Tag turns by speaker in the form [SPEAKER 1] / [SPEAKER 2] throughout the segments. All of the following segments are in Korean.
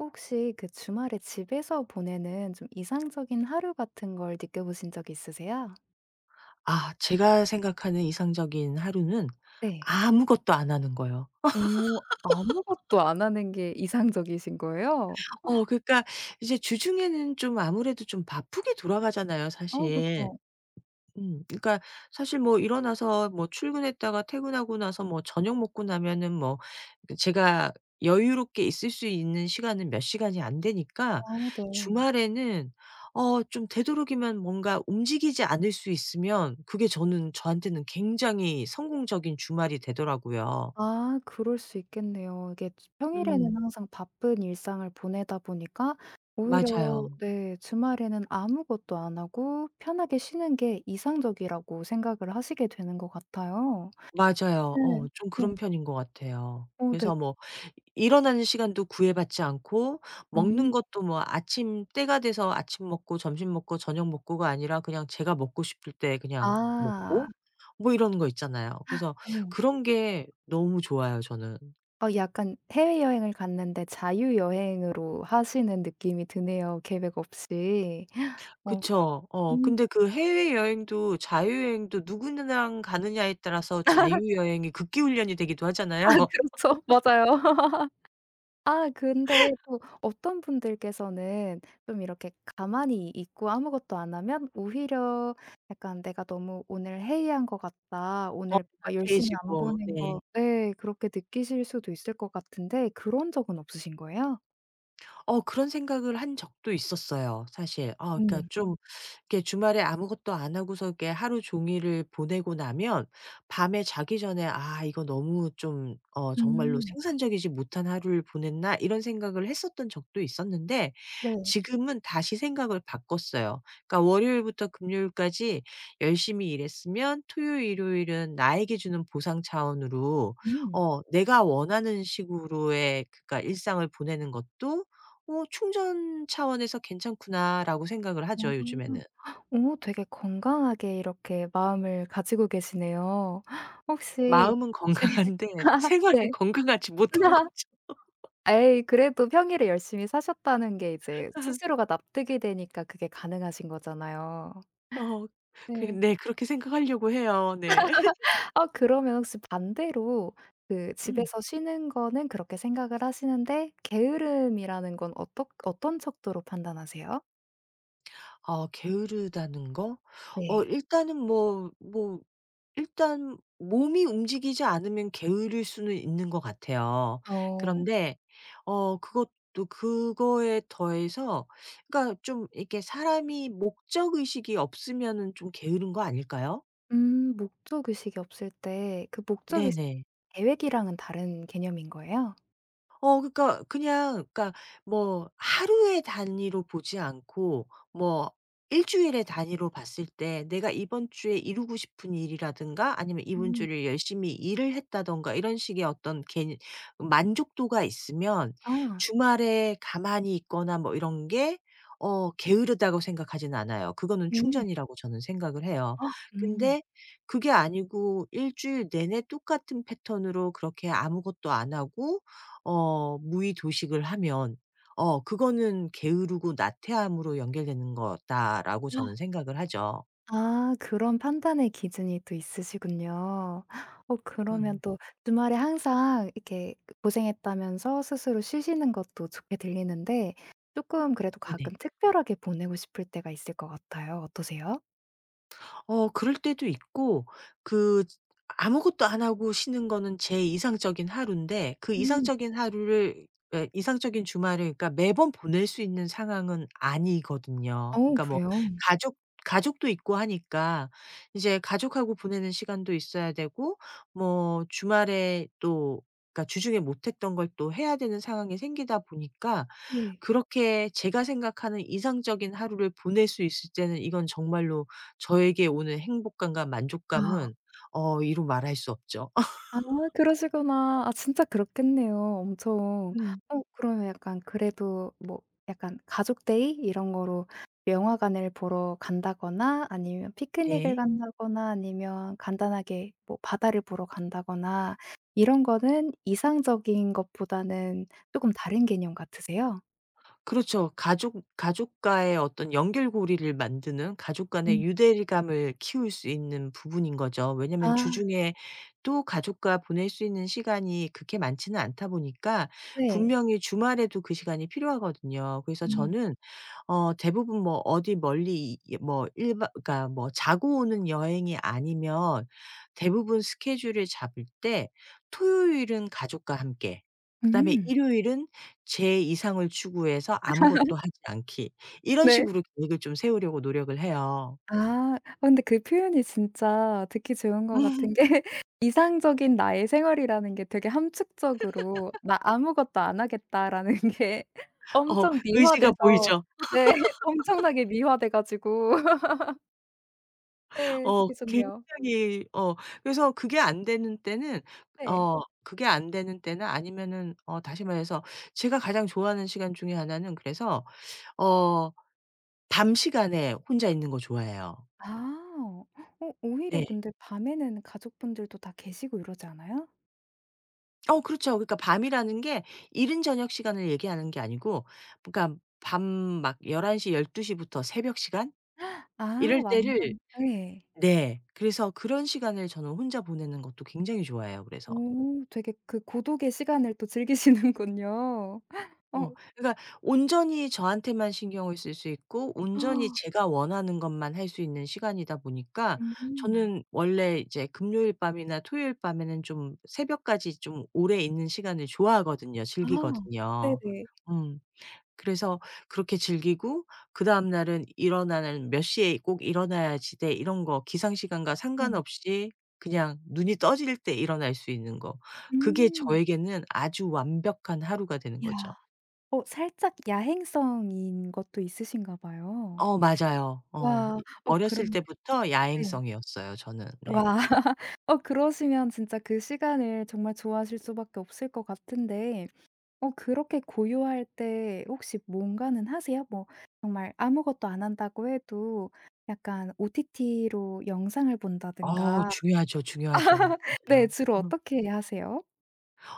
[SPEAKER 1] 혹시 그 주말에 집에서 보내는 좀 이상적인 하루 같은 걸 느껴보신 적 있으세요?
[SPEAKER 2] 아 제가 생각하는 이상적인 하루는
[SPEAKER 1] 네.
[SPEAKER 2] 아무것도 안 하는 거예요.
[SPEAKER 1] 오, 아무것도 안 하는 게 이상적이신 거예요?
[SPEAKER 2] 그러니까 이제 주중에는 좀 아무래도 좀 바쁘게 돌아가잖아요
[SPEAKER 1] 아
[SPEAKER 2] 사실.
[SPEAKER 1] 그쵸.
[SPEAKER 2] 그러니까 사실 뭐 일어나서 뭐 출근했다가 퇴근하고 나서 뭐 저녁 먹고 나면은 뭐 그 제가 여유롭게 있을 수 있는 시간은 몇 시간이 안 되니까
[SPEAKER 1] 아 네.
[SPEAKER 2] 주말에는 좀 되도록이면 뭔가 움직이지 않을 수 있으면 그게 저는 저한테는 굉장히 성공적인 주말이 되더라고요.
[SPEAKER 1] 아 그럴 수 있겠네요. 이게 주 평일에는
[SPEAKER 2] 음.
[SPEAKER 1] 항상 바쁜 일상을 보내다 보니까 오히려
[SPEAKER 2] 맞아요.
[SPEAKER 1] 네, 주말에는 아무것도 안 하고 편하게 쉬는 게 이상적이라고 생각을 하시게 되는 것 같아요. 네.
[SPEAKER 2] 맞아요. 좀
[SPEAKER 1] 어.
[SPEAKER 2] 그런 편인 것 같아요.
[SPEAKER 1] 어 네.
[SPEAKER 2] 그래서 뭐 일어나는 시간도 구애받지 않고 먹는
[SPEAKER 1] 음.
[SPEAKER 2] 것도 뭐 아침 때가 돼서 아침 먹고 점심 먹고 저녁 먹고가 아니라 그냥 제가 먹고 싶을 때 그냥
[SPEAKER 1] 아.
[SPEAKER 2] 먹고 뭐 이런 거 있잖아요. 그래서
[SPEAKER 1] 어.
[SPEAKER 2] 그런 게 너무 좋아요 저는.
[SPEAKER 1] 어 약간 해외여행을 갔는데 자유여행으로 하시는 느낌이 드네요, 계획 없이. 어
[SPEAKER 2] 그쵸.
[SPEAKER 1] 음.
[SPEAKER 2] 근데 그 해외여행도 자유여행도 누구랑 가느냐에 따라서 자유여행이 극기훈련이 되기도
[SPEAKER 1] 아
[SPEAKER 2] 하잖아요.
[SPEAKER 1] 그렇죠. 맞아요. 아 근데 또 어떤 분들께서는 좀 이렇게 가만히 있고 아무것도 안 하면 오히려 약간 '내가 너무 오늘 해이한 것 같다.
[SPEAKER 2] 어
[SPEAKER 1] 오늘 뭔가 열심히 안
[SPEAKER 2] 나태해지고.
[SPEAKER 1] 보낸
[SPEAKER 2] 네.
[SPEAKER 1] 것' 네 그렇게 느끼실 수도 있을 것 같은데 그런 적은 없으신 거예요?
[SPEAKER 2] 그런 생각을 한 적도 있었어요 사실. 아 그러니까
[SPEAKER 1] 음.
[SPEAKER 2] 좀 이렇게 주말에 아무것도 안 하고서 이렇게 하루 종일을 보내고 나면 밤에 자기 전에 '아 이거 너무 좀 정말로
[SPEAKER 1] 음.
[SPEAKER 2] 생산적이지 못한 하루를 보냈나?' 이런 생각을 했었던 적도 있었는데
[SPEAKER 1] 네.
[SPEAKER 2] 지금은 다시 생각을 바꿨어요. 그러니까 월요일부터 금요일까지 열심히 일했으면 토요일, 일요일은 나에게 주는 보상 차원으로
[SPEAKER 1] 음.
[SPEAKER 2] 내가 원하는 식으로의 그러니까 일상을 보내는 것도 뭐 '충전 차원에서 괜찮구나.'라고 생각을
[SPEAKER 1] 아.
[SPEAKER 2] 하죠 요즘에는.
[SPEAKER 1] 오 되게 건강하게 이렇게 마음을 가지고 계시네요. 혹시
[SPEAKER 2] 마음은 건강한데 생활은
[SPEAKER 1] 네.
[SPEAKER 2] 건강하지 못한 거죠.
[SPEAKER 1] 에이 그래도 평일에 열심히 사셨다는 게 이제 스스로가 납득이 되니까 그게 가능하신 거잖아요.
[SPEAKER 2] 어 그
[SPEAKER 1] 네.
[SPEAKER 2] 네 그렇게 생각하려고 해요. 네.
[SPEAKER 1] 아 그러면 혹시 반대로 그
[SPEAKER 2] 음.
[SPEAKER 1] 집에서 쉬는 거는 그렇게 생각을 하시는데 게으름이라는 건 어떠 어떤 척도로 판단하세요?
[SPEAKER 2] 아 게으르다는 거?
[SPEAKER 1] 네.
[SPEAKER 2] 일단은 뭐 일단 몸이 움직이지 않으면 게으를 수는 있는 것 같아요.
[SPEAKER 1] 어.
[SPEAKER 2] 그런데 그것도 그거에 더해서 그러니까 좀 이렇게 사람이 목적 의식이 없으면은 좀 게으른 거 아닐까요?
[SPEAKER 1] 음, 목적 의식이 없을 때 그 목적 의식
[SPEAKER 2] 네네.
[SPEAKER 1] 계획이랑은 다른 개념인 거예요?
[SPEAKER 2] 그러니까 그냥 그러니까 뭐 하루의 단위로 보지 않고 뭐 일 주일의 단위로 봤을 때 내가 이번 주에 이루고 싶은 일이라든가 아니면 이번
[SPEAKER 1] 음.
[SPEAKER 2] 주를 열심히 일을 했다든가 이런 식의 어떤 개 만족도가 있으면
[SPEAKER 1] 아.
[SPEAKER 2] 주말에 가만히 있거나 뭐 이런 게 게으르다고 생각하진 않아요. 그거는
[SPEAKER 1] 음.
[SPEAKER 2] 충전이라고 저는 생각을 해요.
[SPEAKER 1] 아 음.
[SPEAKER 2] 근데 그게 아니고 일 주일 내내 똑같은 패턴으로 그렇게 아무것도 안 하고 무의 도식을 하면 그거는 게으르고 나태함으로 연결되는 거다.'라고 저는 생각을 하죠.
[SPEAKER 1] 아 그런 판단의 기준이 또 있으시군요. 어
[SPEAKER 2] 그
[SPEAKER 1] 그러면 또 주말에 항상 이렇게 고생했다면서 스스로 쉬시는 것도 좋게 들리는데 쪼끔 그래도
[SPEAKER 2] 네네.
[SPEAKER 1] 가끔 특별하게 보내고 싶을 때가 있을 것 같아요. 어떠세요?
[SPEAKER 2] 그럴 때도 있고 그 아무것도 안 하고 쉬는 거는 제 이상적인 하루인데 그
[SPEAKER 1] 음.
[SPEAKER 2] 이상적인 하루를 에, 이상적인 주말을 그러니까 매번 보낼 수 있는 상황은 아니거든요.
[SPEAKER 1] 어
[SPEAKER 2] 그러니까 뭐
[SPEAKER 1] 그래요?
[SPEAKER 2] 가족 가족도 있고 하니까 이제 가족하고 보내는 시간도 있어야 되고 뭐 주말에 또 그러니까 주중에 못 했던 걸 또 해야 되는 상황이 생기다 보니까
[SPEAKER 1] 네.
[SPEAKER 2] 그렇게 제가 생각하는 이상적인 하루를 보낼 수 있을 때는 이건 정말로 저에게 오는 행복감과
[SPEAKER 1] 아.
[SPEAKER 2] 만족감은 이루 말할 수 없죠.
[SPEAKER 1] 아 그러시구나. 아 진짜 그렇겠네요 엄청.
[SPEAKER 2] 음.
[SPEAKER 1] 어 그러면 약간 그래도 뭐 약간 가족 데이 이런 거로 영화관을 보러 간다거나 아니면 피크닉을
[SPEAKER 2] 네.
[SPEAKER 1] 간다거나 아니면 간단하게 뭐 바다를 보러 간다거나 이런 거는 이상적인 것보다는 쪼금 다른 개념 같으세요?
[SPEAKER 2] 그렇죠. 가족과의 어떤 연결고리를 만드는 가족
[SPEAKER 1] 음.
[SPEAKER 2] 간의 유대감을 키울 수 있는 부분인 거죠. 왜냐면
[SPEAKER 1] 아
[SPEAKER 2] 주중에 또 가족과 보낼 수 있는 시간이 그렇게 많지는 않다 보니까
[SPEAKER 1] 네.
[SPEAKER 2] 분명히 주말에도 그 시간이 필요하거든요. 그래서
[SPEAKER 1] 음.
[SPEAKER 2] 저는 대부분 뭐 어디 멀리 이 뭐 일박 그러니까 뭐 자고 오는 여행이 아니면 대부분 스케줄을 잡을 때 토요일은 가족과 함께 그다음에
[SPEAKER 1] 음.
[SPEAKER 2] 일요일은 제 이상을 추구해서 아무것도 하지 않기. 이런
[SPEAKER 1] 네.
[SPEAKER 2] 식으로 계획을 좀 세우려고 노력을 해요.
[SPEAKER 1] 아. 어, 근데 그 표현이 진짜 듣기 좋은 것 같은 게 이상적인 나의 생활이라는 게 되게 함축적으로 '나 아무것도 안 하겠다.'라는 게 엄청
[SPEAKER 2] 의지가
[SPEAKER 1] 미화돼서
[SPEAKER 2] 보이죠.
[SPEAKER 1] 네. 엄청나게 미화돼 가지고 네. 듣기 좋네요.
[SPEAKER 2] 굉장히 그래서 그게 안 되는 때는
[SPEAKER 1] 네.
[SPEAKER 2] 어 그게 안 되는 때는 아니면은 다시 말해서 제가 가장 좋아하는 시간 중에 하나는 그래서 어 밤 시간에 혼자 있는 거 좋아해요.
[SPEAKER 1] 아. 어 오히려
[SPEAKER 2] 네.
[SPEAKER 1] 근데 밤에는 가족분들도 다 계시고 이러지 않아요?
[SPEAKER 2] 그렇죠. 그러니까 밤이라는 게 이른 저녁 시간을 얘기하는 게 아니고 그러니까 밤 막 1 1시열1 2 부터 새벽 시간?
[SPEAKER 1] 아
[SPEAKER 2] 이럴 때를
[SPEAKER 1] 완전 예.
[SPEAKER 2] 네. 그래서 그런 시간을 저는 혼자 보내는 것도 굉장히 좋아해요 그래서.
[SPEAKER 1] 오 되게 그 고독의 시간을 또 즐기시는군요. 어
[SPEAKER 2] 어 그러니까 온전히 저한테만 신경을 쓸 수 있고 온전히 제가 원하는 것만 할 수 있는 시간이다 보니까
[SPEAKER 1] 음.
[SPEAKER 2] 저는 원래 이제 금요일 밤이나 토요일 밤에는 좀 새벽까지 좀 오래 있는 시간을 좋아하거든요.
[SPEAKER 1] 아.
[SPEAKER 2] 즐기거든요.
[SPEAKER 1] 네네.
[SPEAKER 2] 음. 그래서 그렇게 즐기고 그다음 날은 일어나는 몇 시에 꼭 일어나야지 돼 이런 거 기상 시간과
[SPEAKER 1] 우와.
[SPEAKER 2] 상관없이 그냥 눈이 떠질 때 일어날 수 있는 거. 그게
[SPEAKER 1] 음.
[SPEAKER 2] 저에게는 아주 완벽한 하루가 되는 거죠.
[SPEAKER 1] 야. 어 살짝 야행성인 것도 있으신가 봐요.
[SPEAKER 2] 맞아요. 어.
[SPEAKER 1] 와.
[SPEAKER 2] 이
[SPEAKER 1] 어
[SPEAKER 2] 어렸을
[SPEAKER 1] 그러면
[SPEAKER 2] 때부터
[SPEAKER 1] 네.
[SPEAKER 2] 야행성이었어요 저는. 네.
[SPEAKER 1] 와. 어 그러시면 진짜 그 시간을 정말 좋아하실 수밖에 없을 것 같은데 어 그렇게 고요할 때 혹시 뭔가는 하세요? 뭐 정말 아무것도 안 한다고 해도 약간 OTT로 영상을 본다든가
[SPEAKER 2] 중요하죠, 중요하죠.
[SPEAKER 1] 네,
[SPEAKER 2] 맞아요.
[SPEAKER 1] 주로 어떻게 하세요?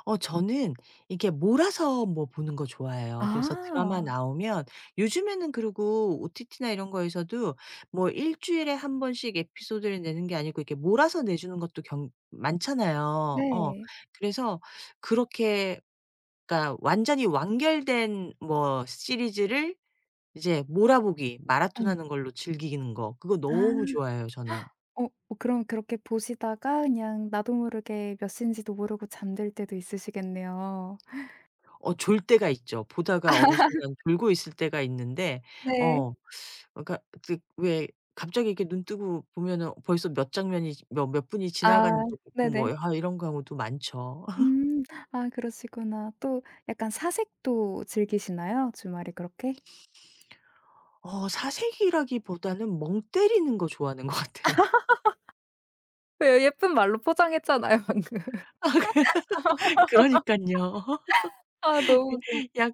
[SPEAKER 2] 저는 이게 몰아서 뭐 보는 거 좋아해요. 그래서 드라마
[SPEAKER 1] 아.
[SPEAKER 2] 나오면 요즘에는 그리고 OTT나 이런 거에서도 뭐 일 주일에 한 번씩 에피소드를 내는 게 아니고 이렇게 몰아서 내주는 것도 경 많잖아요.
[SPEAKER 1] 네.
[SPEAKER 2] 그래서 그렇게 그러니까 완전히 완결된 뭐 시리즈를 이제 몰아보기
[SPEAKER 1] 어.
[SPEAKER 2] 마라톤하는 걸로 즐기는 거 그거 너무
[SPEAKER 1] 아.
[SPEAKER 2] 좋아해요 저는.
[SPEAKER 1] 어 어, 그럼 그렇게 보시다가 그냥 나도 모르게 몇 시인지도 모르고 잠들 때도 있으시겠네요.
[SPEAKER 2] 졸 때가 있죠. 보다가 어느 순간 졸고 있을 때가 있는데
[SPEAKER 1] 네.
[SPEAKER 2] 어 그러니까 그 왜 갑자기 이렇게 눈 뜨고 보면은 벌써 몇 장면이 몇 분이 지나간
[SPEAKER 1] 아.
[SPEAKER 2] 적 있고 뭐
[SPEAKER 1] 네네.
[SPEAKER 2] 아 이런 경우도 많죠.
[SPEAKER 1] 음. 아 그러시구나. 또 약간 사색도 즐기시나요? 주말에 그렇게?
[SPEAKER 2] 사색이라기보다는 멍 때리는 거 좋아하는 것 같아요.
[SPEAKER 1] 예, 예쁜 말로 포장했잖아요, 방금.
[SPEAKER 2] 그러니깐요.
[SPEAKER 1] 아 너무 웃겨.
[SPEAKER 2] 약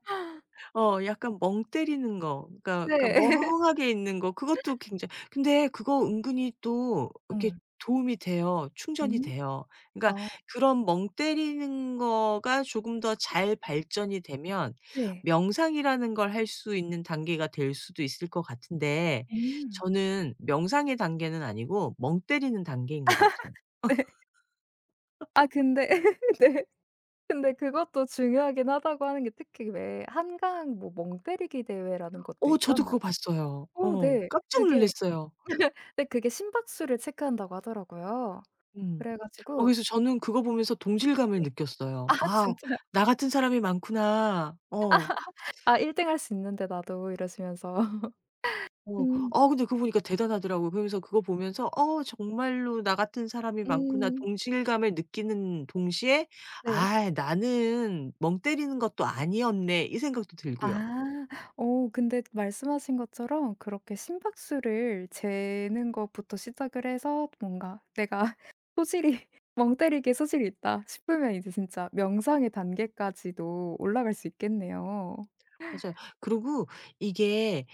[SPEAKER 2] 어 약간 멍 때리는 거 그러니까 그러니까
[SPEAKER 1] 네.
[SPEAKER 2] 멍하게 있는 거 그것도 굉장히 근데 그거 은근히 또 이렇게
[SPEAKER 1] 음.
[SPEAKER 2] 도움이 돼요. 충전이
[SPEAKER 1] 음.
[SPEAKER 2] 돼요. 그러니까
[SPEAKER 1] 아
[SPEAKER 2] 그런 멍 때리는 거가 조금 더 잘 발전이 되면
[SPEAKER 1] 네.
[SPEAKER 2] 명상이라는 걸 할 수 있는 단계가 될 수도 있을 것 같은데
[SPEAKER 1] 음.
[SPEAKER 2] 저는 명상의 단계는 아니고 멍 때리는 단계인 것 같아요.
[SPEAKER 1] 네. 아 근데 네. 근데 그것도 중요하긴 하다고 하는 게 특히 왜 한강 뭐 멍 때리기 대회라는 것도
[SPEAKER 2] 저도
[SPEAKER 1] 있잖아요.
[SPEAKER 2] 그거 봤어요.
[SPEAKER 1] 어 네.
[SPEAKER 2] 깜짝
[SPEAKER 1] 그게
[SPEAKER 2] 놀랐어요.
[SPEAKER 1] 네 그게 심박수를 체크한다고 하더라고요.
[SPEAKER 2] 음.
[SPEAKER 1] 그래 가지고
[SPEAKER 2] 그래서 저는 그거 보면서 동질감을
[SPEAKER 1] 네. 아
[SPEAKER 2] 느꼈어요. '아
[SPEAKER 1] 진짜.
[SPEAKER 2] 나 같은 사람이 많구나.' 어.
[SPEAKER 1] '아 1 등 할 수 있는데 나도.' 이러시면서.
[SPEAKER 2] 어.
[SPEAKER 1] 음.
[SPEAKER 2] 근데 그거 보니까 대단하더라고요. 그러면서 그거 보면서 '어 정말로 나 같은 사람이 많구나.'
[SPEAKER 1] 음.
[SPEAKER 2] 동질감을 느끼는 동시에
[SPEAKER 1] 네.
[SPEAKER 2] '아 나는 멍 때리는 것도 아니었네.' 이 생각도 들고요.
[SPEAKER 1] 아. 어 근데 말씀하신 것처럼 그렇게 심박수를 재는 것부터 시작을 해서 뭔가 '내가 소질이 멍 때리기에 소질이 있다.' 싶으면 이제 진짜 명상의 단계까지도 올라갈 수 있겠네요.
[SPEAKER 2] 맞아요. 그리고 이게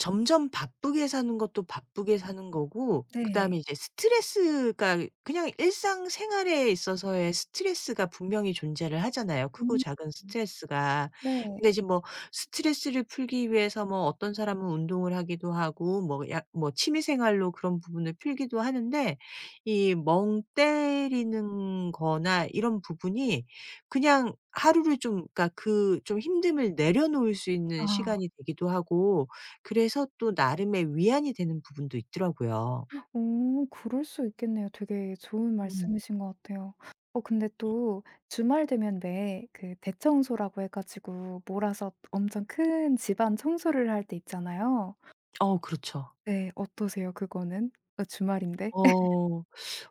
[SPEAKER 2] 점점 바쁘게 사는 것도 바쁘게 사는 거고 그다음에
[SPEAKER 1] 네.
[SPEAKER 2] 이제 스트레스가 그냥 일상 생활에 있어서의 스트레스가 분명히 존재를 하잖아요, 크고
[SPEAKER 1] 음.
[SPEAKER 2] 작은 스트레스가.
[SPEAKER 1] 네.
[SPEAKER 2] 근데 이제 뭐 스트레스를 풀기 위해서 뭐 어떤 사람은 운동을 하기도 하고 뭐 야, 뭐 취미 생활로 그런 부분을 풀기도 하는데 이 멍 때리는 거나 이런 부분이 그냥 하루를 좀 그러니까 그 좀 힘듦을 내려놓을 수 있는
[SPEAKER 1] 아.
[SPEAKER 2] 시간이 되기도 하고 그래서 또 나름의 위안이 되는 부분도 있더라고요.
[SPEAKER 1] 오 그럴 수 있겠네요. 되게 좋은
[SPEAKER 2] 음.
[SPEAKER 1] 말씀이신 것 같아요. 어 근데 또 주말 되면 왜 그 대청소라고 해 가지고 몰아서 엄청 큰 집안 청소를 할 때 있잖아요.
[SPEAKER 2] 그렇죠.
[SPEAKER 1] 네. 어떠세요 그거는? 어 주말인데?
[SPEAKER 2] 어.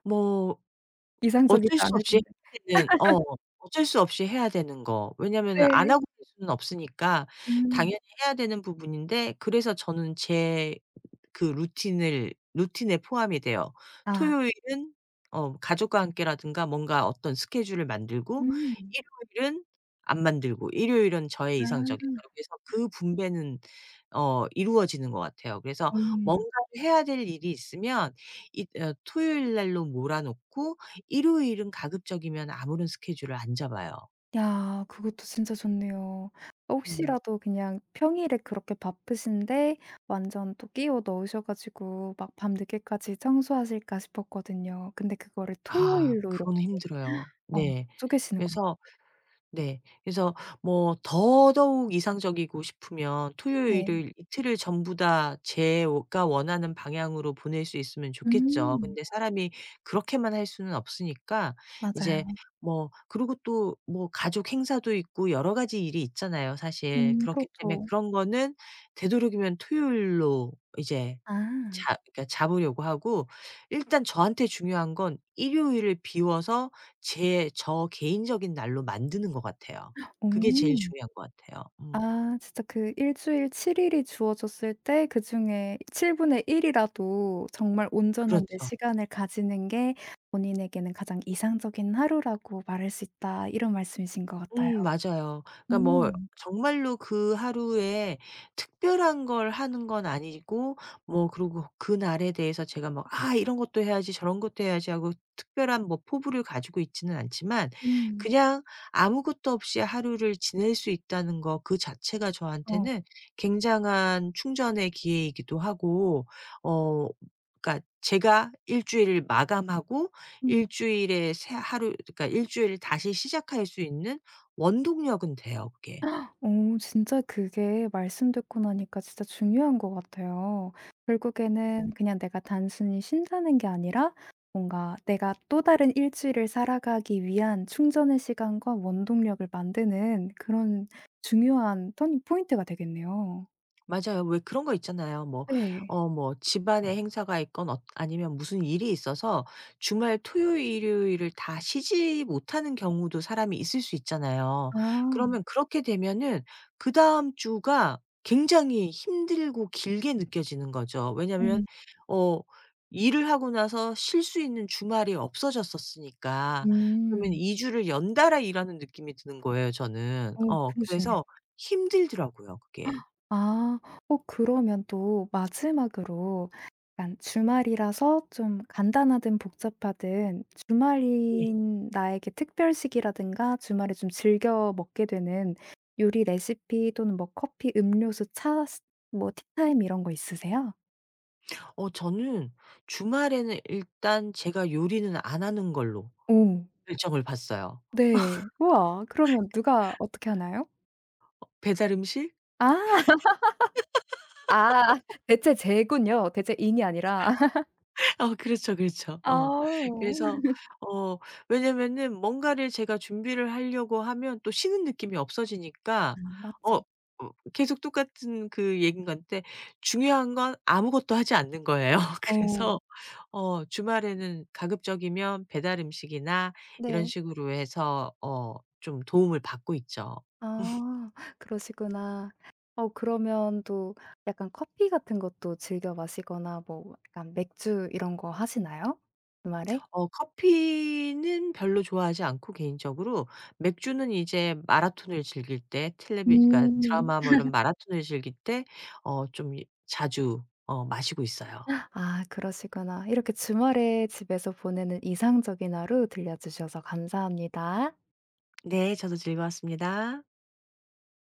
[SPEAKER 2] 뭐
[SPEAKER 1] 이상적이지
[SPEAKER 2] 어쩔 수
[SPEAKER 1] 않을
[SPEAKER 2] 없이
[SPEAKER 1] 텐데.
[SPEAKER 2] 해야 되는 어쩔 수 없이 해야 되는 거. 왜냐면은 안
[SPEAKER 1] 네.
[SPEAKER 2] 하고 갈 수는 없으니까
[SPEAKER 1] 음.
[SPEAKER 2] 당연히 해야 되는 부분인데 그래서 저는 제 그 루틴을 루틴에 포함이 돼요.
[SPEAKER 1] 아.
[SPEAKER 2] 토요일은 가족과 함께라든가 뭔가 어떤 스케줄을 만들고
[SPEAKER 1] 음.
[SPEAKER 2] 일요일은 안 만들고 일요일은 저의 이상적인 하루
[SPEAKER 1] 아.
[SPEAKER 2] 그래서 그 분배는 이루어지는 것 같아요. 그래서
[SPEAKER 1] 음.
[SPEAKER 2] 뭔가를 해야 될 일이 있으면 이 어 토요일 날로 몰아 놓고 일요일은 가급적이면 아무런 스케줄을 안 잡아요.
[SPEAKER 1] 야 그것도 진짜 좋네요.
[SPEAKER 2] 음.
[SPEAKER 1] 혹시라도 그냥 평일에 그렇게 바쁘신데 완전 또 끼워 넣으셔 가지고 막 밤늦게까지 청소하실까 싶었거든요. 근데 그거를
[SPEAKER 2] 아
[SPEAKER 1] 토요일로 이렇게
[SPEAKER 2] 그건 힘들어요.
[SPEAKER 1] 어
[SPEAKER 2] 네.
[SPEAKER 1] 쪼개시는군요.
[SPEAKER 2] 그래서 네. 그래서 뭐 더더욱 이상적이고 싶으면
[SPEAKER 1] 네.
[SPEAKER 2] 토요일을 이틀을 전부 다 제가 원하는 방향으로 보낼 수 있으면 좋겠죠.
[SPEAKER 1] 음
[SPEAKER 2] 근데 사람이 그렇게만 할 수는 없으니까 이제
[SPEAKER 1] 맞아요.
[SPEAKER 2] 뭐 그리고 또 뭐 가족 행사도 있고 여러 가지 일이 있잖아요, 사실. 그렇기 때문에
[SPEAKER 1] 그렇죠.
[SPEAKER 2] 그런 거는 되도록이면 토요일로 이제
[SPEAKER 1] 아.
[SPEAKER 2] 잡 그러니까 잡으려고 하고 일단 저한테 중요한 건 일요일을 비워서 제 저 개인적인 날로 만드는 것 같아요. 그게 제일
[SPEAKER 1] 오.
[SPEAKER 2] 중요한 것 같아요. 음.
[SPEAKER 1] 아 진짜 그 일 주일 7 일이 주어졌을 때 그중에 7 분의 1 이라도 정말 온전한 내
[SPEAKER 2] 그렇죠.
[SPEAKER 1] 시간을 가지는 게 본인에게는 가장 이상적인 하루라고 말할 수 있다." 이런 말씀이신 것 같아요.
[SPEAKER 2] 맞아요. 그러니까 뭐
[SPEAKER 1] 음.
[SPEAKER 2] 정말로 그 하루에 특별한 걸 하는 건 아니고 뭐 그리고 그날에 대해서 제가 막 '아 이런 것도 해야지. 저런 것도 해야지.' 하고 특별한 뭐 포부를 가지고 있지는 않지만
[SPEAKER 1] 음.
[SPEAKER 2] 그냥 아무것도 없이 하루를 지낼 수 있다는 거 그 자체가
[SPEAKER 1] 어.
[SPEAKER 2] 저한테는 굉장한 충전의 기회이기도 하고 어 그러니까 제가 일 주일을 마감하고
[SPEAKER 1] 음.
[SPEAKER 2] 일 주일에 새 하루 그러니까 일 주일을 다시 시작할 수 있는 원동력은 돼요 그게.
[SPEAKER 1] 어 진짜 그게 말씀 듣고 나니까 진짜 중요한 것 같아요. 결국에는 그냥 내가 단순히 쉰다는 게 아니라 뭔가 내가 또 다른 일주일을 살아가기 위한 충전의 시간과 원동력을 만드는 그런 중요한 터닝 포인트가 되겠네요.
[SPEAKER 2] 맞아요. 왜 그런 거 있잖아요. 뭐
[SPEAKER 1] 네.
[SPEAKER 2] 뭐 집안의 행사가 있건 아니면 무슨 일이 있어서 주말 토요일 일요일을 다 쉬지 못하는 경우도 사람이 있을 수 있잖아요.
[SPEAKER 1] 아.
[SPEAKER 2] 그러면 그렇게 되면은 그다음 주가 굉장히 힘들고 길게 느껴지는 거죠.
[SPEAKER 1] 어
[SPEAKER 2] 왜냐면 어 일을 하고 나서 쉴 수 있는 주말이 없어졌었으니까. 그러면
[SPEAKER 1] 음.
[SPEAKER 2] 이 주를 연달아 일하는 느낌이 드는 거예요 저는.
[SPEAKER 1] 어 그러시네.
[SPEAKER 2] 그래서 힘들더라고요 그게.
[SPEAKER 1] 아. 어 그러면 또 마지막으로 약간 주말이라서 좀 간단하든 복잡하든
[SPEAKER 2] 네.
[SPEAKER 1] 주말인 나에게 특별식이라든가 주말에 좀 즐겨 먹게 되는 요리 레시피 또는 뭐 커피, 음료수, 차 뭐 티타임 이런 거 있으세요?
[SPEAKER 2] 저는 주말에는 일단 제가 요리는 안 하는 걸로
[SPEAKER 1] 오.
[SPEAKER 2] 결정을 봤어요.
[SPEAKER 1] 네. 우와. 그러면 누가 어떻게 하나요?
[SPEAKER 2] 배달 음식?
[SPEAKER 1] 아. 아. 대체 제군요. 대체 인이 아니라.
[SPEAKER 2] 그렇죠, 그렇죠. 어.
[SPEAKER 1] 아우.
[SPEAKER 2] 그래서 어 왜냐면은 뭔가를 제가 준비를 하려고 하면 또 쉬는 느낌이
[SPEAKER 1] 아
[SPEAKER 2] 없어지니까 어
[SPEAKER 1] 맞죠.
[SPEAKER 2] 계속 똑같은 그 얘기인 건데 중요한 건 아무것도 하지 않는 거예요.
[SPEAKER 1] 어.
[SPEAKER 2] 그래서 주말에는 가급적이면 배달 음식이나 이런
[SPEAKER 1] 네.
[SPEAKER 2] 식으로 해서 좀 도움을 받고 있죠.
[SPEAKER 1] 아 그러시구나. 어 그러면 또 약간 커피 같은 것도 즐겨 마시거나 뭐 약간 맥주 이런 거 하시나요? 주말에?
[SPEAKER 2] 커피는 별로 좋아하지 않고 개인적으로 맥주는 이제 마라톤을 즐길 때 텔레비 그러니까
[SPEAKER 1] 음.
[SPEAKER 2] 드라마 뭐 이런 마라톤을 즐길 때 좀 이 자주 마시고 있어요.
[SPEAKER 1] 아 그러시구나. 이렇게 주말에 집에서 보내는 이상적인 하루 들려 주셔서 감사합니다.
[SPEAKER 2] 네. 저도 즐거웠습니다.